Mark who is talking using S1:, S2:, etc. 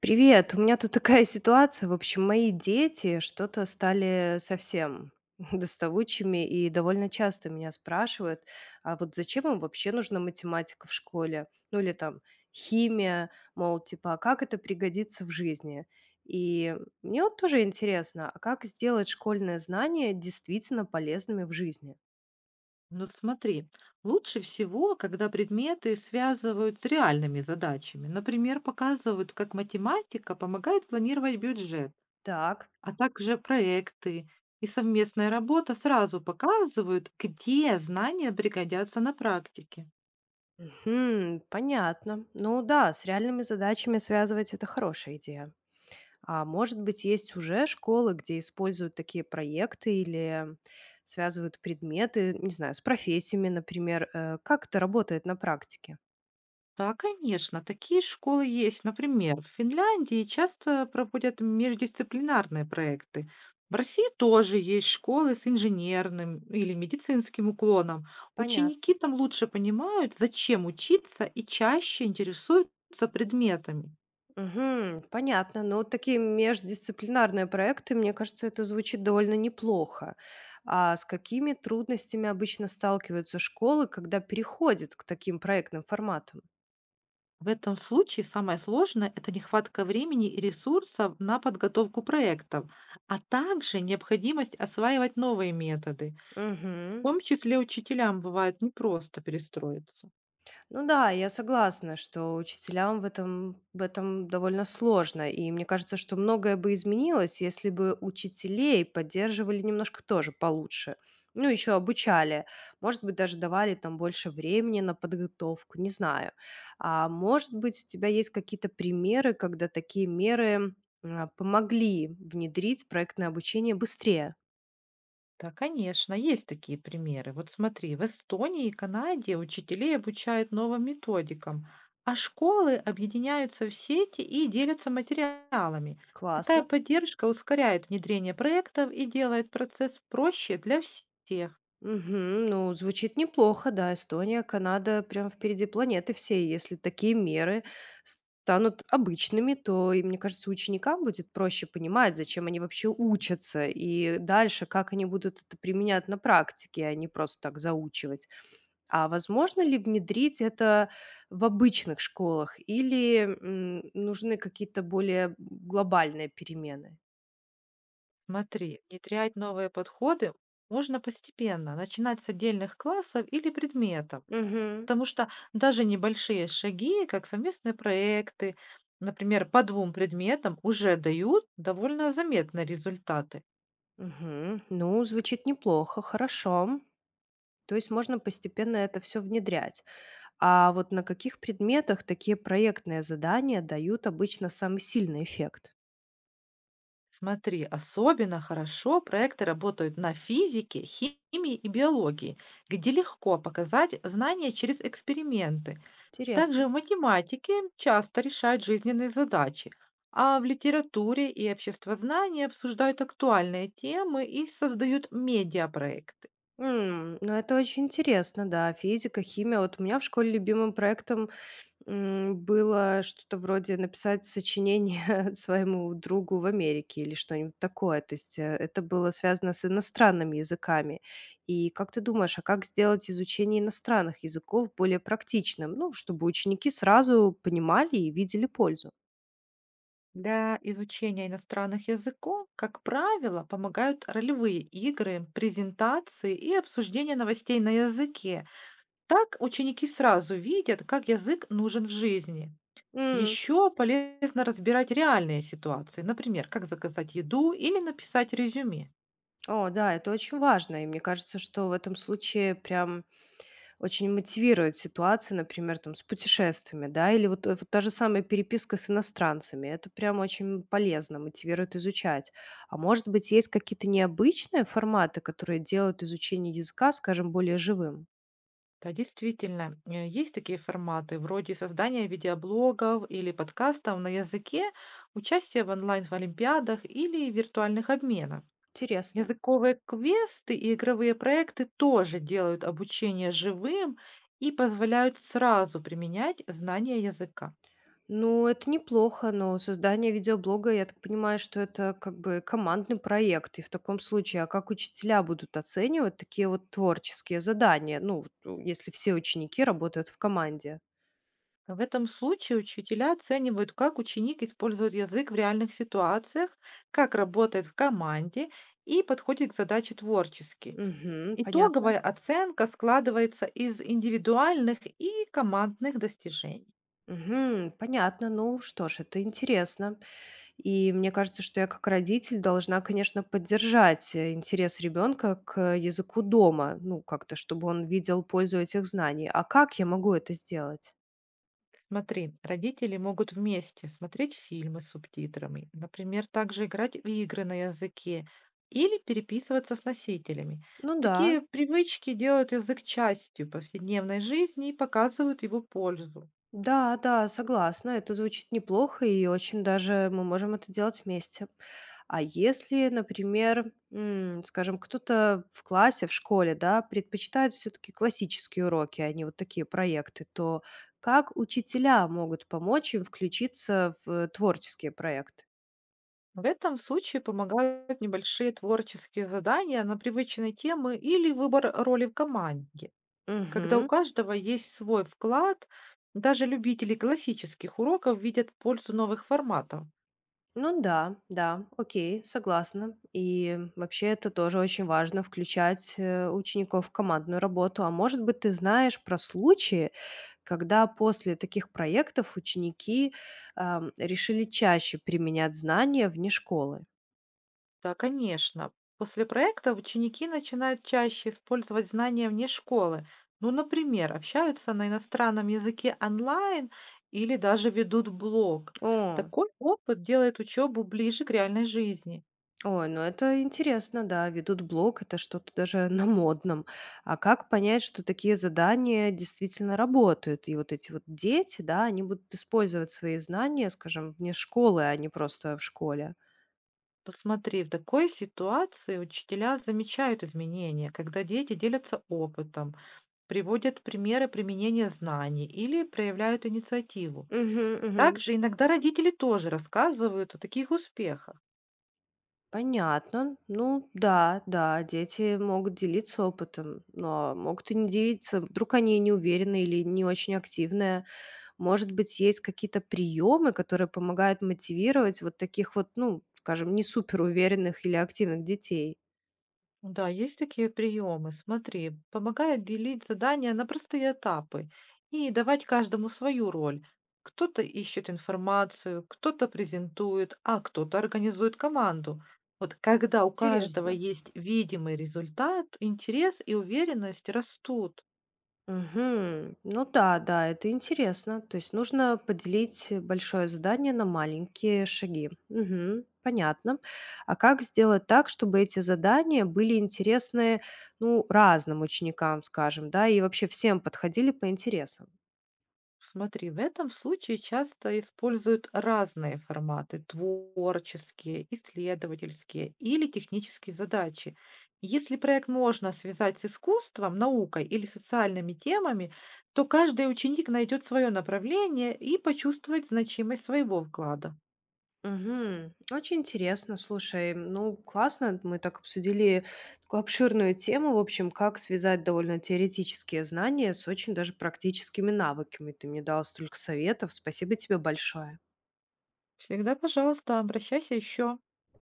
S1: Привет, у меня тут такая ситуация. В общем, мои дети что-то стали совсем доставучими и довольно часто меня спрашивают, а вот зачем им вообще нужна математика в школе? Ну или там химия, мол, типа, а как это пригодится в жизни? И мне вот тоже интересно, а как сделать школьные знания действительно полезными в жизни?
S2: Ну вот смотри, лучше всего, когда предметы связывают с реальными задачами. Например, показывают, как математика помогает планировать бюджет,
S1: Так,
S2: а также проекты и совместная работа сразу показывают, где знания пригодятся на практике.
S1: мгм, понятно. Ну да, с реальными задачами связывать это хорошая идея. А может быть, есть уже школы, где используют такие проекты или связывают предметы, не знаю, с профессиями, например. Как это работает на практике?
S2: Да, конечно, такие школы есть. Например, в Финляндии часто проводят междисциплинарные проекты. В России тоже есть школы с инженерным или медицинским уклоном.
S1: Понятно.
S2: Ученики там лучше понимают, зачем учиться и чаще интересуются предметами.
S1: Мгм, понятно. Но вот такие междисциплинарные проекты, мне кажется, это звучит довольно неплохо. А с какими трудностями обычно сталкиваются школы, когда переходят к таким проектным форматам?
S2: В этом случае самое сложное– это нехватка времени и ресурсов на подготовку проектов, а также необходимость осваивать новые методы. В
S1: Мгм.
S2: том числе учителям бывает непросто перестроиться.
S1: Ну да, я согласна, что учителям в этом довольно сложно. И мне кажется, что многое бы изменилось, если бы учителей поддерживали немножко тоже получше. Ну, еще обучали. Может быть, даже давали там больше времени на подготовку, не знаю. А может быть, у тебя есть какие-то примеры, когда такие меры помогли внедрить проектное обучение быстрее?
S2: Да, конечно, есть такие примеры. Вот смотри, в Эстонии и Канаде учителей обучают новым методикам, а школы объединяются в сети и делятся материалами. Такая
S1: Классно.
S2: поддержка ускоряет внедрение проектов и делает процесс проще для всех.
S1: Мгм. Ну, звучит неплохо, да. Эстония, Канада прям впереди планеты всей. Если такие меры станут обычными, то, и мне кажется, ученикам будет проще понимать, зачем они вообще учатся, и дальше, как они будут это применять на практике, а не просто так заучивать. А возможно ли внедрить это в обычных школах или нужны какие-то более глобальные перемены?
S2: Смотри, внедрять новые подходы можно постепенно, начинать с отдельных классов или предметов.
S1: Угу,
S2: Потому что даже небольшие шаги, как совместные проекты, например, по двум предметам, уже дают довольно заметные результаты.
S1: угу. Ну, звучит неплохо, хорошо. То есть можно постепенно это все внедрять. А вот на каких предметах такие проектные задания дают обычно самый сильный эффект?
S2: Смотри, особенно хорошо проекты работают на физике, химии и биологии, где легко показать знания через эксперименты.
S1: Интересно.
S2: Также в математике часто решают жизненные задачи, а в литературе и обществознании обсуждают актуальные темы и создают медиапроекты.
S1: Ну это очень интересно, да. Физика, химия. Вот у меня в школе любимым проектом было что-то вроде написать сочинение своему другу в Америке или что-нибудь такое. То есть, это было связано с иностранными языками. И как ты думаешь, а как сделать изучение иностранных языков более практичным? Ну, чтобы ученики сразу понимали и видели пользу.
S2: Для изучения иностранных языков, как правило, помогают ролевые игры, презентации и обсуждение новостей на языке. Так ученики сразу видят, как язык нужен в жизни.
S1: М,
S2: Еще полезно разбирать реальные ситуации, например, как заказать еду или написать резюме.
S1: о да, это очень важно. И мне кажется, что в этом случае прям очень мотивирует ситуация, например, там, с путешествиями, да, или вот, вот та же самая переписка с иностранцами. Это прям очень полезно, мотивирует изучать. А может быть, есть какие-то необычные форматы, которые делают изучение языка, скажем, более живым?
S2: Да, действительно, есть такие форматы, вроде создания видеоблогов или подкастов на языке, участие в онлайн-олимпиадах или виртуальных обменах.
S1: Интересно.
S2: Языковые квесты и игровые проекты тоже делают обучение живым и позволяют сразу применять знания языка.
S1: Ну, это неплохо, но создание видеоблога, я так понимаю, что это как бы командный проект. И в таком случае, а как учителя будут оценивать такие вот творческие задания? Ну, вот, если все ученики работают в команде.
S2: В этом случае учителя оценивают, как ученик использует язык в реальных ситуациях, как работает в команде и подходит к задаче творчески.
S1: Угу, понятно.
S2: Итоговая оценка складывается из индивидуальных и командных достижений.
S1: Мгм. Понятно. Ну что ж, это интересно. И мне кажется, что я как родитель должна, конечно, поддержать интерес ребенка к языку дома, ну как-то, чтобы он видел пользу этих знаний. А как я могу это сделать?
S2: Смотри, родители могут вместе смотреть фильмы с субтитрами, например, также играть в игры на языке или переписываться с носителями.
S1: Ну да,
S2: Такие привычки делают язык частью повседневной жизни и показывают его пользу.
S1: да, да, согласна, это звучит неплохо, и очень даже мы можем это делать вместе. А если, например, скажем, кто-то в классе, в школе, да, предпочитает все-таки классические уроки, а не вот такие проекты, то как учителя могут помочь им включиться в творческие проекты?
S2: В этом случае помогают небольшие творческие задания на привычные темы или выбор роли в команде. Когда у
S1: Мгм.
S2: каждого есть свой вклад, даже любители классических уроков видят пользу новых форматов.
S1: Ну да, да, окей, согласна. И вообще это тоже очень важно включать учеников в командную работу. А может быть, ты знаешь про случаи, когда после таких проектов ученики решили чаще применять знания вне школы?
S2: Да, конечно. После проекта ученики начинают чаще использовать знания вне школы. Ну, например, общаются на иностранном языке онлайн или даже ведут блог.
S1: О,
S2: Такой опыт делает учебу ближе к реальной жизни.
S1: ой, ну это интересно, да, ведут блог, это что-то даже на модном. А как понять, что такие задания действительно работают? И вот эти вот дети, да, они будут использовать свои знания, скажем, вне школы, а не просто в школе.
S2: Посмотри, в такой ситуации учителя замечают изменения, когда дети делятся опытом, приводят примеры применения знаний или проявляют инициативу.
S1: Мгм, мгм.
S2: Также иногда родители тоже рассказывают о таких успехах.
S1: Понятно. Ну да, да, дети могут делиться опытом, но могут и не делиться. Вдруг они не уверены или не очень активные. Может быть, есть какие-то приемы, которые помогают мотивировать вот таких вот, ну, скажем, не суперуверенных или активных детей?
S2: Да, есть такие приемы. Смотри, помогает делить задания на простые этапы и давать каждому свою роль. Кто-то ищет информацию, кто-то презентует, а кто-то организует команду. Вот когда у каждого
S1: Интересно.
S2: есть видимый результат, интерес и уверенность растут.
S1: Мгм. Ну да, да, это интересно. То есть нужно поделить большое задание на маленькие шаги. Мгм, понятно. А как сделать так, чтобы эти задания были интересны, ну, разным ученикам, скажем, да, и вообще всем подходили по интересам?
S2: Смотри, в этом случае часто используют разные форматы– творческие, исследовательские или технические задачи. Если проект можно связать с искусством, наукой или социальными темами, то каждый ученик найдет свое направление и почувствует значимость своего вклада.
S1: Мгм. Очень интересно, слушай, ну классно, мы так обсудили такую обширную тему, в общем, как связать довольно теоретические знания с очень даже практическими навыками. Ты мне дал столько советов, спасибо тебе большое.
S2: Всегда, пожалуйста, обращайся еще.